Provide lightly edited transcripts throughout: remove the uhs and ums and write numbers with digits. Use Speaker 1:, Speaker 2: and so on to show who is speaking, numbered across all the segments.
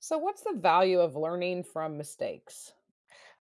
Speaker 1: So, what's the value of learning from mistakes?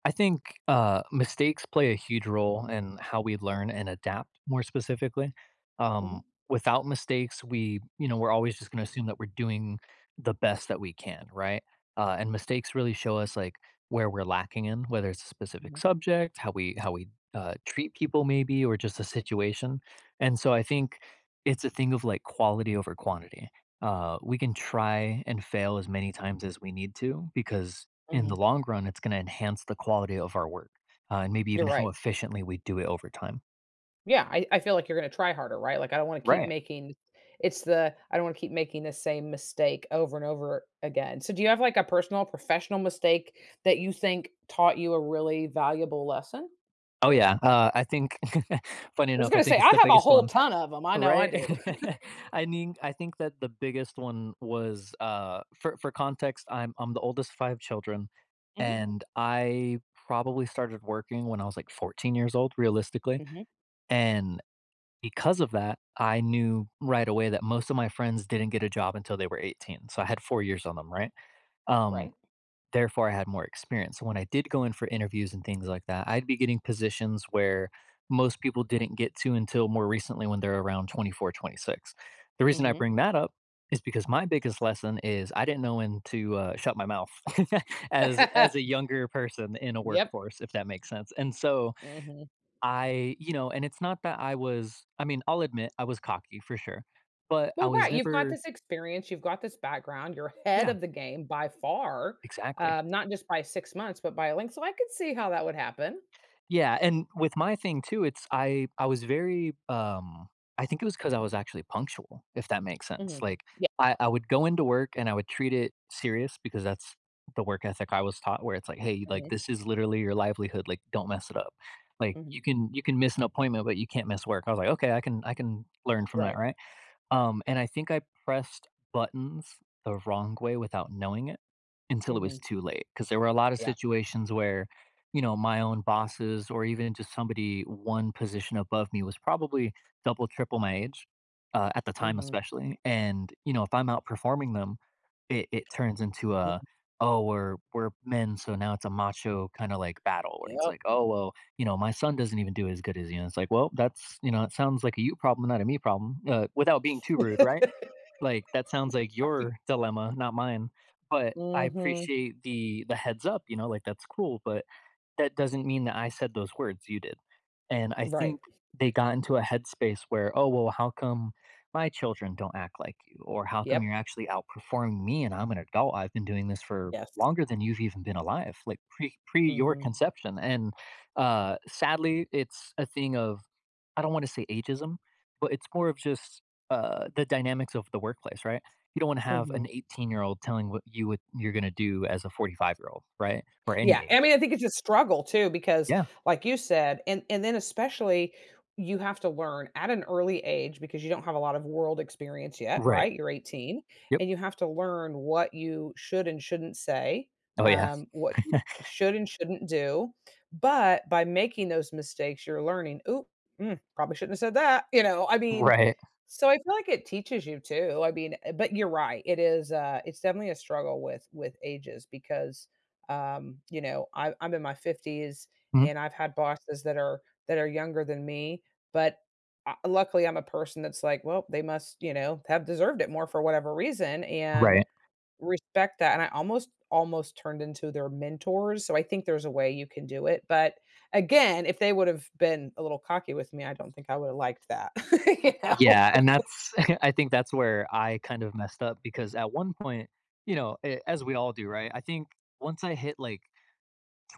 Speaker 2: I think mistakes play a huge role in how we learn and adapt. More specifically, um,
Speaker 1: Mhm,
Speaker 2: without mistakes, we you know we're always just going to assume that we're doing the best that we can, right? And mistakes really show us like where we're lacking in, whether it's a specific
Speaker 1: mhm,
Speaker 2: subject, how we treat people, maybe, or just a situation. And so I think it's a thing of like quality over quantity. We can try and fail as many times as we need to because in the
Speaker 1: mhm.
Speaker 2: long run, it's going to enhance the quality of our work, and maybe
Speaker 1: You're
Speaker 2: even how
Speaker 1: right.
Speaker 2: efficiently we do it over time.
Speaker 1: Yeah, I feel like you're going to try harder, right? Like I don't want to keep
Speaker 2: Right.
Speaker 1: making it's the I don't want to keep making the same mistake over and over again. So do you have like a personal professional mistake that you think taught you a really valuable lesson?
Speaker 2: Oh, yeah. Funny
Speaker 1: I was
Speaker 2: enough, I
Speaker 1: going to
Speaker 2: think
Speaker 1: say
Speaker 2: it's
Speaker 1: I
Speaker 2: the
Speaker 1: have a
Speaker 2: biggest
Speaker 1: whole
Speaker 2: one.
Speaker 1: ton of them. I know I
Speaker 2: Right.
Speaker 1: do.
Speaker 2: I mean, I think that the biggest one was for context, I'm the oldest of five children,
Speaker 1: Mhm,
Speaker 2: and I probably started working when I was like 14 years old, realistically.
Speaker 1: mhm.
Speaker 2: And because of that, I knew right away that most of my friends didn't get a job until they were 18. So I had four years on them, right? Um,
Speaker 1: Right?
Speaker 2: Therefore, I had more experience. So when I did go in for interviews and things like that, I'd be getting positions where most people didn't get to until more recently when they're around 24, 26. The reason I
Speaker 1: Mhm.
Speaker 2: bring that up is because my biggest lesson is I didn't know when to shut my mouth as a younger person in a
Speaker 1: Yep.
Speaker 2: workforce, if that makes sense. And so
Speaker 1: Mhm.
Speaker 2: and it's not that I was, I mean, I'll admit I was cocky for sure, but I
Speaker 1: Well,
Speaker 2: was
Speaker 1: right, you've got
Speaker 2: never,
Speaker 1: this experience, you've got this background, you're ahead
Speaker 2: yeah,
Speaker 1: of the game by far,
Speaker 2: exactly.
Speaker 1: not just by 6 months, but by a link. So I could see how that would happen.
Speaker 2: Yeah, and with my thing too, it's I was very, I think it was because I was actually punctual, if that makes sense,
Speaker 1: Mhm.
Speaker 2: like,
Speaker 1: Yeah,
Speaker 2: I would go into work and I would treat it serious because that's the work ethic I was taught where it's like, "Hey, like,
Speaker 1: mhm,
Speaker 2: this is literally your livelihood, like, don't mess it up." Like, you
Speaker 1: mhm,
Speaker 2: can you can miss an appointment, but you can't miss work. I was like, "Okay, I can learn from that,
Speaker 1: right,
Speaker 2: right?" And I think I pressed buttons the wrong way without knowing it until it was
Speaker 1: mhm,
Speaker 2: too late. Because there were a lot of
Speaker 1: yeah,
Speaker 2: situations where, you know, my own bosses or even just somebody one position above me was probably double, triple my age, at the time
Speaker 1: mhm,
Speaker 2: especially, and, you know, if I'm outperforming them, it turns into a, "Oh, we're men, so now it's a macho kinda, like, battle," where it's like,
Speaker 1: yep.
Speaker 2: "Oh, well, you know, my son doesn't even do it as good as you, and it's like, well, that's you know, it sounds like a you problem, not a me problem. Without being too rude, right? Like that sounds like your
Speaker 1: Right.
Speaker 2: dilemma, not mine. But I
Speaker 1: Mhm,
Speaker 2: appreciate the heads up. You know, like that's cool, but that doesn't mean that I said those words, you did. And I
Speaker 1: right,
Speaker 2: think they got into a headspace where, "Oh, well, how come my children don't act like you?" Or, "How come
Speaker 1: yep,
Speaker 2: you're actually outperforming me and I'm an adult? I've been doing this for
Speaker 1: yes,
Speaker 2: longer than you've even been alive, like pre your
Speaker 1: mhm,
Speaker 2: conception." And sadly, it's a thing of I don't want to say ageism, but it's more of just the dynamics of the workplace, right? You don't want to have an
Speaker 1: mhm.
Speaker 2: 18-year-old telling what you're going to do as a 45-year-old, right? Or any
Speaker 1: Yeah, I
Speaker 2: age.
Speaker 1: mean, I think it's a struggle too because
Speaker 2: Yeah.
Speaker 1: like you said, and then especially you have to learn at an early age because you don't have a lot of world experience yet,
Speaker 2: Right.
Speaker 1: right? You're 18
Speaker 2: Yep.
Speaker 1: and you have to learn what you should and shouldn't say,
Speaker 2: Oh, yeah.
Speaker 1: what you should and shouldn't do. But by making those mistakes, you're learning, ooh, mm, probably shouldn't have said that. You know, I mean,
Speaker 2: Right.
Speaker 1: so I feel like it teaches you too. I mean, but you're right. It is it's definitely a struggle with ages because you know, I'm in my 50s
Speaker 2: Mhm.
Speaker 1: and I've had bosses that are younger than me, but I, luckily I'm a person that's like, well, they must, you know, have deserved it more for whatever reason and
Speaker 2: Right.
Speaker 1: respect that. And I almost turned into their mentors. So I think there's a way you can do it. But again, if they would have been a little cocky with me, I don't think I would have liked that. You know.
Speaker 2: Yeah, and that's I think that's where I kind of messed up because at one point, you know, a as we all do, right? I think once I hit, like,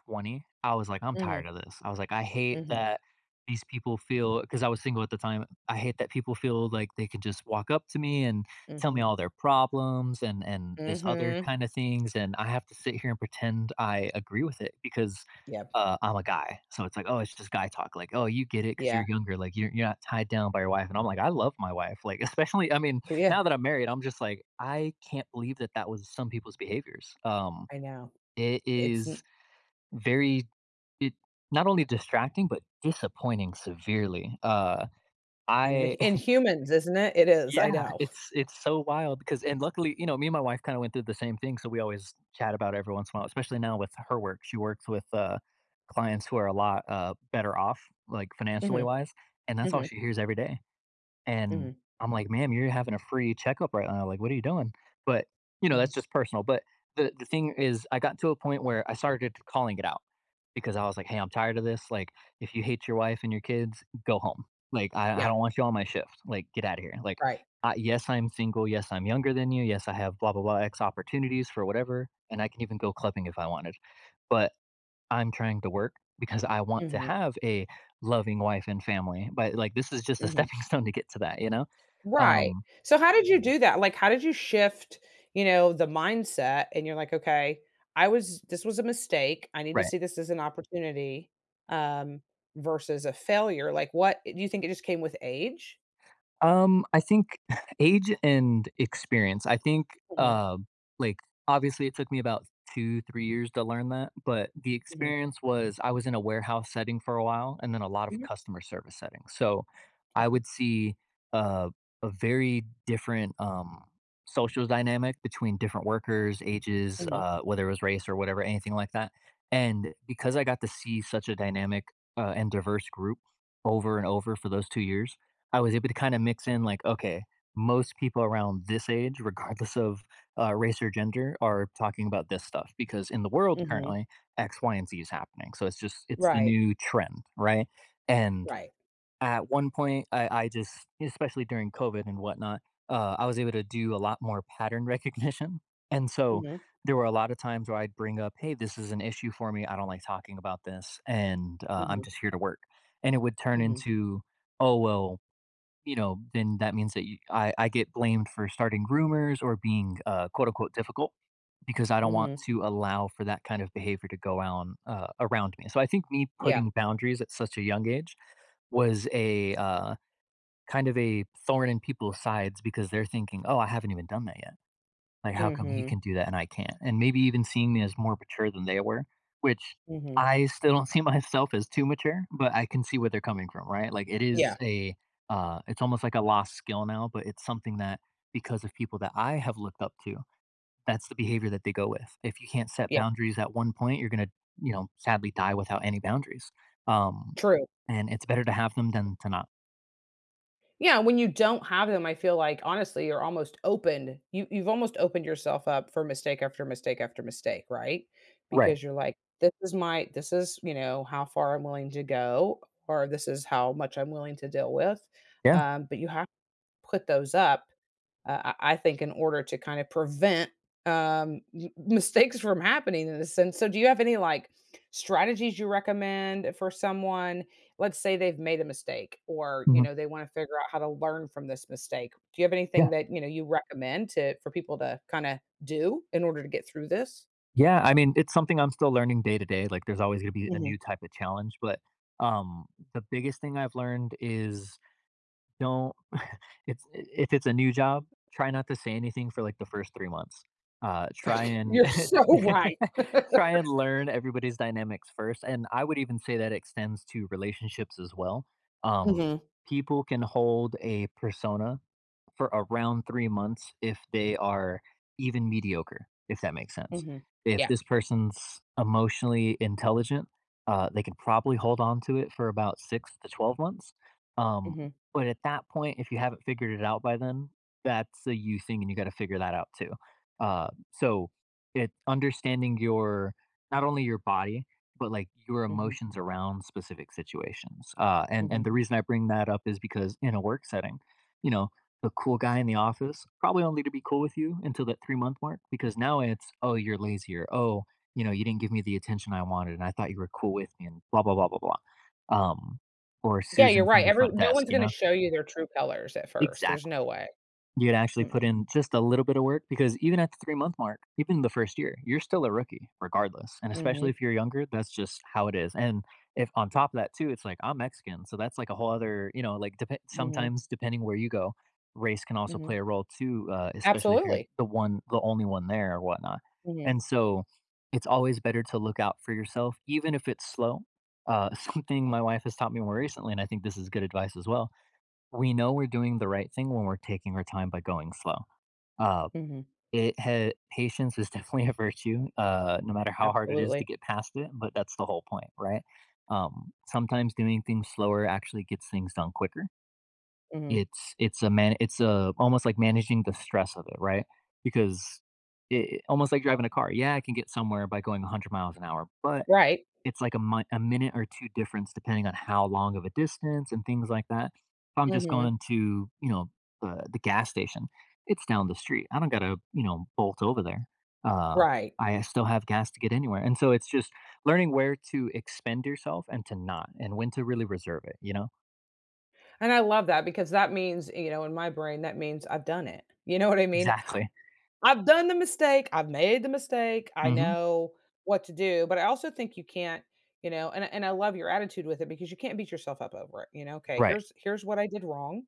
Speaker 2: 20, I was like, "I'm tired
Speaker 1: Mhm.
Speaker 2: of this." I was like, "I hate
Speaker 1: Mhm.
Speaker 2: that these people feel because I was single at the time, "I hate that people feel like they can just walk up to me and tell me
Speaker 1: Mhm.
Speaker 2: all their problems and this other
Speaker 1: Mhm.
Speaker 2: kind of things, and I have to sit here and pretend I agree with it because,
Speaker 1: Yep.
Speaker 2: I'm a guy." So it's like, "Oh, it's just guy talk," like, "Oh, you get it because 'cause you're
Speaker 1: Yeah.
Speaker 2: younger, like, you're not tied down by your wife," and I'm like, "I love my wife," like, especially I mean,
Speaker 1: Yeah.
Speaker 2: now that I'm married, I'm just like, I can't believe that that was some people's behaviors.
Speaker 1: I know.
Speaker 2: It
Speaker 1: It's
Speaker 2: is
Speaker 1: n-
Speaker 2: very it not only distracting, but disappointing severely.
Speaker 1: In the
Speaker 2: I
Speaker 1: in humans, isn't it? It is, I
Speaker 2: yeah,
Speaker 1: know.
Speaker 2: it's so wild because and luckily, you know, me and my wife kinda went through the same thing, so we always chat about it every once in a while, especially now with her work. She works with, clients who are a lot, better off, like, financially
Speaker 1: Mhm,
Speaker 2: wise, and that's all
Speaker 1: mhm,
Speaker 2: she hears every day. And
Speaker 1: mhm,
Speaker 2: I'm like, "Ma'am, you're having a free checkup right now, like, what are you doing?" But, you know, that's
Speaker 1: mhm.
Speaker 2: just personal, but the thing is I got to a point where I started calling it out because I was like, "Hey, I'm tired of this, like, if you hate your wife and your kids, go home. Like, I
Speaker 1: Yeah,
Speaker 2: don't want you on my shift. Like, get out of here. Like,
Speaker 1: right.
Speaker 2: I yes, I'm single. Yes, I'm younger than you. Yes, I have blah, blah, blah, X opportunities for whatever, and I can even go clubbing if I wanted. But I'm trying to work because I want to
Speaker 1: Mhm,
Speaker 2: have a loving wife and family, but like this is just a
Speaker 1: mhm.
Speaker 2: stepping stone to get to that, you know?
Speaker 1: Right.
Speaker 2: Um,
Speaker 1: So how did you do that? Like, how did you shift, you know, the mindset and you're like, "Okay, I was this was a mistake. I need to
Speaker 2: right.
Speaker 1: see this as an opportunity, um, versus a failure." Like, what do you think? It just came with age?
Speaker 2: I think age and experience. I think,
Speaker 1: Mhm,
Speaker 2: like, obviously, it took me about two, three years to learn that. But the
Speaker 1: mhm,
Speaker 2: experience was I was in a warehouse setting for a while and then a lot of
Speaker 1: mhm,
Speaker 2: customer service settings. So I
Speaker 1: okay.
Speaker 2: would see uh, a very different social dynamic between different workers, ages,
Speaker 1: Mhm,
Speaker 2: whether it was race or whatever, anything like that. And because I got to see such a dynamic and diverse group over and over for those two years, I was able to kinda mix in, like, okay, most people around this age, regardless of, race or gender, are talking about this stuff because in the world
Speaker 1: mhm.
Speaker 2: currently, X, Y, and Z is happening. So it's just it's the
Speaker 1: Right,
Speaker 2: new trend, right? And
Speaker 1: right.
Speaker 2: at one point, I just especially during COVID and whatnot, I was able to do a lot more pattern recognition. And so
Speaker 1: Mhm,
Speaker 2: there were a lot of times where I'd bring up, "Hey, this is an issue for me. I don't like talking about this, and, I'm
Speaker 1: mhm,
Speaker 2: just here to work." And it would turn
Speaker 1: mhm,
Speaker 2: into, "Oh, well, you know, then that means that you, I get blamed for starting rumors or being quote unquote difficult because I don't want
Speaker 1: mhm.
Speaker 2: to allow for that kind of behavior to go on around me. So I think me
Speaker 1: Yeah.
Speaker 2: putting boundaries at such a young age was a kind of a thorn in people's sides because they're thinking, oh, I haven't even done that yet. Like, how come he can
Speaker 1: Mhm,
Speaker 2: do that and I can't? And maybe even seeing me as more mature than they were, which
Speaker 1: mhm.
Speaker 2: I still don't see myself as too mature, but I can see where they're coming from, right? Like it is
Speaker 1: Yeah,
Speaker 2: a it's almost like a lost skill now, but it's something that because of people that I have looked up to, that's the behavior that they go with. If you can't set
Speaker 1: yeah.
Speaker 2: boundaries at one point, you're gonna sadly die without any boundaries. Um
Speaker 1: True.
Speaker 2: and it's better to have them than to not.
Speaker 1: Yeah, when you don't have them, I feel like honestly, you're almost opened. You've almost opened yourself up for mistake after mistake after mistake, right?
Speaker 2: Right.
Speaker 1: Because you're like, this is, you know, how far I'm willing to go or this is how much I'm willing to deal with.
Speaker 2: Yeah.
Speaker 1: But you have to put those up. I think in order to kind of prevent, m mistakes from happening in this sense. So do you have any, like, strategies you recommend for someone? Let's say they've made a mistake or, you
Speaker 2: hmm
Speaker 1: know, they wanna figure out how to learn from this mistake. Do you have
Speaker 2: Yeah.
Speaker 1: anything that, you know, you recommend to for people to kinda do in order to get through this?
Speaker 2: Yeah, I mean, it's something I'm still learning day to day, like, there's always gonna be a
Speaker 1: Mhm.
Speaker 2: new type of challenge, but, um, the biggest thing I've learned is don't it's if it's a new job, try not to say anything for, like, the first 3 months. Try and
Speaker 1: You're so right.
Speaker 2: try and learn everybody's dynamics first, and I would even say that extends to relationships as well. Um,
Speaker 1: Mhm,
Speaker 2: people can hold a persona for around 3 months if they are even mediocre, if that makes sense.
Speaker 1: mhm.
Speaker 2: If
Speaker 1: Yeah.
Speaker 2: this person's emotionally intelligent, they can probably hold on to it for about 6 to 12 months. Um,
Speaker 1: Mhm,
Speaker 2: but at that point, if you haven't figured it out by then, that's a you thing and you got to figure that out too. So it understanding your not only your body, but like your
Speaker 1: mhm,
Speaker 2: emotions around specific situations. And
Speaker 1: mhm.
Speaker 2: the reason I bring that up is because in a work setting, you know, the cool guy in the office, probably only to be cool with you until that 3-month mark because now it's, "Oh, you're lazy," or, "Oh, you know, you didn't give me the attention I wanted and I thought you were cool with me," and blah, blah, blah, blah, blah. Um, or
Speaker 1: Yeah, you're
Speaker 2: Susan from
Speaker 1: right.
Speaker 2: the
Speaker 1: Every
Speaker 2: front
Speaker 1: no
Speaker 2: desk,
Speaker 1: one's
Speaker 2: you
Speaker 1: gonna
Speaker 2: know?
Speaker 1: show you their true colors at first. There's
Speaker 2: Exactly.
Speaker 1: no way.
Speaker 2: You'd actually put
Speaker 1: Mm-mm.
Speaker 2: in just a little bit of work because even at the 3 month mark, even the first year, you're still a rookie regardless. And especially
Speaker 1: Mhm.
Speaker 2: if you're younger, that's just how it is. And if on top of that, too, it's like I'm Mexican. So that's like a whole other, you know, like
Speaker 1: Mhm,
Speaker 2: sometimes depending where you go, race can also
Speaker 1: mhm.
Speaker 2: play a role too, especially if you're
Speaker 1: Absolutely.
Speaker 2: the one, the only one there or whatnot.
Speaker 1: Mhm,
Speaker 2: And so it's always better to look out for yourself, even if it's slow. Something my wife has taught me more recently, and I think this is good advice as well, we know we're doing the right thing when we're taking our time by going slow. Uh,
Speaker 1: mhm.
Speaker 2: Patience is definitely a virtue, no matter how hard it is to
Speaker 1: Absolutely.
Speaker 2: get past it. But that's the whole point, right? Sometimes doing things slower actually gets things done quicker.
Speaker 1: Mhm.
Speaker 2: It's a man it's a almost like managing the stress of it, right? Because it, almost like driving a car. Yeah, I can get somewhere by going 100 miles an hour, but
Speaker 1: Right.
Speaker 2: it's like a minute or 2 difference depending on how long of a distance and things like that. If I'm just going
Speaker 1: Mhm.
Speaker 2: to, you know, the gas station, it's down the street. I don't gotta, you know, bolt over there. Uh,
Speaker 1: Right.
Speaker 2: I still have gas to get anywhere, and so it's just learning where to expend yourself and to not, and when to really reserve it, you know?
Speaker 1: And I love that because that means, you know, in my brain, that means I've done it. You know what I mean?
Speaker 2: Exactly.
Speaker 1: I've done the mistake, I've made the mistake, I
Speaker 2: Mhm.
Speaker 1: know what to do, but I also think you can't, you know, and I love your attitude with it because you can't beat yourself up over it, you know, "Okay,
Speaker 2: Right.
Speaker 1: here's what I did wrong.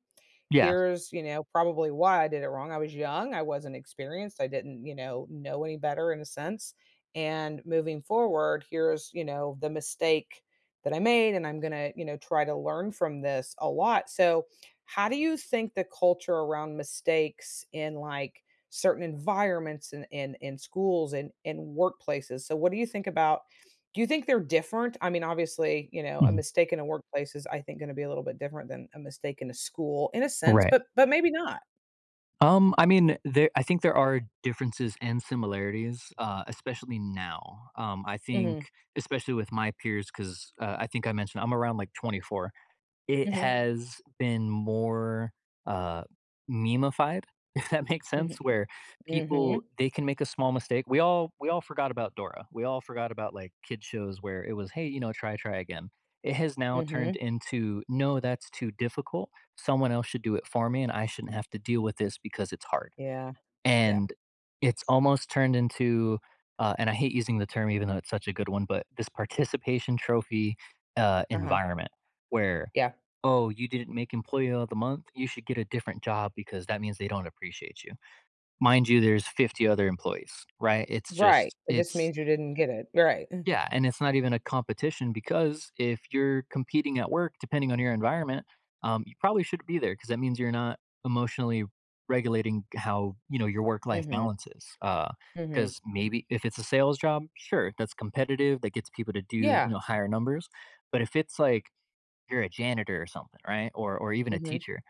Speaker 2: Yeah.
Speaker 1: Here's, you know, probably why I did it wrong. I was young, I wasn't experienced, I didn't, you know any better in a sense, and moving forward, here's, you know, the mistake that I made, and I'm gonna, you know, try to learn from this a lot." So, how do you think the culture around mistakes in, like, certain environments and and schools and workplaces. So what do you think about, do you think they're different? I mean, obviously, you know, a
Speaker 2: Mhm.
Speaker 1: mistake in a workplace is I think going to be a little bit different than a mistake in a school in a sense,
Speaker 2: Right.
Speaker 1: but maybe not.
Speaker 2: I mean, there I think there are differences and similarities, especially now. I
Speaker 1: Mhm.
Speaker 2: think especially with my peers 'cause, I think I mentioned I'm around, like, 24. It
Speaker 1: Mhm.
Speaker 2: has been more, uh, meme if that makes sense,
Speaker 1: Mhm.
Speaker 2: where people
Speaker 1: Mhm.
Speaker 2: they can make a small mistake. We all forgot about Dora. We all forgot about, like, kid shows where it was, "Hey, you know, try, try again." It has now turned
Speaker 1: Mhm.
Speaker 2: into, "No, that's too difficult. Someone else should do it for me, and I shouldn't have to deal with this because it's hard."
Speaker 1: Yeah. Yeah.
Speaker 2: And it's almost turned into, and I hate using the term even though it's such a good one, but this participation trophy
Speaker 1: Uh-huh.
Speaker 2: environment where,
Speaker 1: Yeah.
Speaker 2: oh, you didn't make employee of the month, you should get a different job because that means they don't appreciate you. Mind you, there's 50 other employees, right? It's
Speaker 1: Right.
Speaker 2: just,
Speaker 1: It just
Speaker 2: it's
Speaker 1: means you didn't get it. Right.
Speaker 2: yeah, and it's not even a competition because if you're competing at work, depending on your environment, you probably shouldn't be there because that means you're not emotionally regulating how you know your work life
Speaker 1: Mhm.
Speaker 2: balance is.
Speaker 1: Mhm.
Speaker 2: Because maybe if it's a sales job, sure, that's competitive, that gets people to do you
Speaker 1: Yeah.
Speaker 2: know higher numbers. But if it's like you're a janitor or something, right, or even a
Speaker 1: Mhm.
Speaker 2: teacher,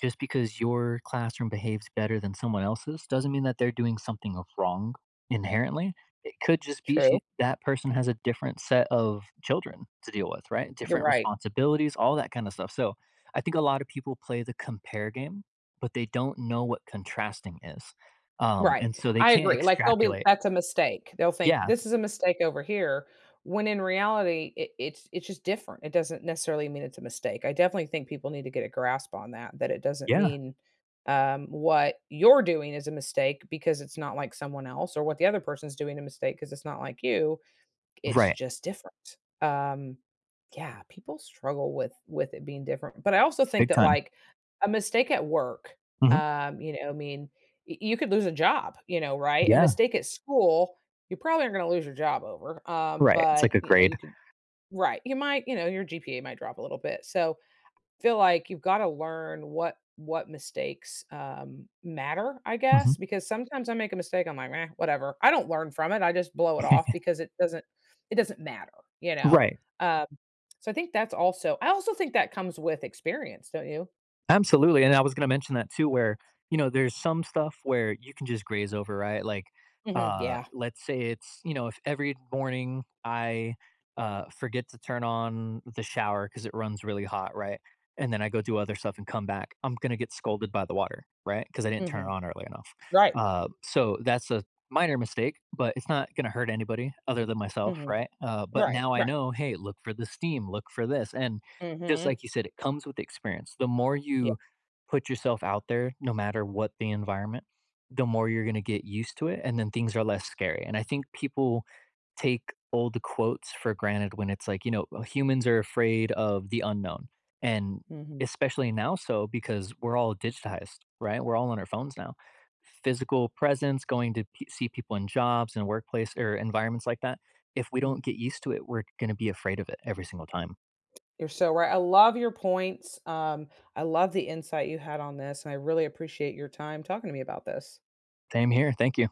Speaker 2: just because your classroom behaves better than someone else's doesn't mean that they're doing something of wrong inherently. It could just be
Speaker 1: True.
Speaker 2: that person has a different set of children to deal with, right?
Speaker 1: You're
Speaker 2: Different
Speaker 1: right.
Speaker 2: responsibilities, all that kind of stuff. So I think a lot of people play the compare game, but they don't know what contrasting is.
Speaker 1: Right.
Speaker 2: And so they
Speaker 1: I
Speaker 2: can't
Speaker 1: agree. Like, they'll be
Speaker 2: extrapolate.
Speaker 1: that's a mistake. They'll think
Speaker 2: Yeah.
Speaker 1: this is a mistake over here, when in reality, it it's just different. It doesn't necessarily mean it's a mistake. I definitely think people need to get a grasp on that, that it doesn't
Speaker 2: Yeah.
Speaker 1: mean, what you're doing is a mistake because it's not like someone else or what the other person's doing a mistake because it's not like you. It's
Speaker 2: Right.
Speaker 1: just different. Yeah, people struggle with it being different, but I also think
Speaker 2: Big
Speaker 1: that,
Speaker 2: time.
Speaker 1: like, a mistake at work,
Speaker 2: Hmm.
Speaker 1: you know, I mean, y you could lose a job, you know, right? A
Speaker 2: Yeah.
Speaker 1: mistake at school, you probably aren't gonna lose your job over,
Speaker 2: Right. It's
Speaker 1: but,
Speaker 2: like a
Speaker 1: you know,
Speaker 2: grade.
Speaker 1: you could. Right, you might, you know, your GPA might drop a little bit, so feel like you've gotta learn what mistakes, matter, I
Speaker 2: Hmm.
Speaker 1: guess, because sometimes I make a mistake, I'm like, "Meh, whatever." I don't learn from it, I just blow it off because it doesn't matter, you know?
Speaker 2: Right.
Speaker 1: Um, so I think that's also I also think that comes with experience, don't you?
Speaker 2: Absolutely, and I was gonna mention that too, where, you know, there's some stuff where you can just graze over, right? Like,
Speaker 1: Mhm, yeah,
Speaker 2: let's say it's you know, if every morning I, forget to turn on the shower because it runs really hot, right? And then I go do other stuff and come back, I'm gonna get scolded by the water, right? Because I didn't turn it
Speaker 1: mhm,
Speaker 2: on early enough.
Speaker 1: right,
Speaker 2: So that's a minor mistake, but it's not gonna hurt anybody other than myself,
Speaker 1: mhm,
Speaker 2: right? But
Speaker 1: right,
Speaker 2: now I
Speaker 1: right,
Speaker 2: know, "Hey, look for the steam, look for this," and just
Speaker 1: mhm,
Speaker 2: like you said, it comes with experience. The more
Speaker 1: yeah,
Speaker 2: you put yourself out there, no matter what the environment, the more you're going to get used to it. And then things are less scary. And I think people take old quotes for granted when it's like, you know, "Well, humans are afraid of the unknown. And
Speaker 1: mhm,
Speaker 2: especially now, so because we're all digitized, right? We're all on our phones now. Physical presence, going to see people in jobs and workplace or environments like that. If we
Speaker 1: mhm.
Speaker 2: don't get used to it, we're going to be afraid of it every single time.
Speaker 1: You're so right, I love your points, I love the insight you had on this, and I really appreciate your time talking to me about this.
Speaker 2: Same here. Thank you.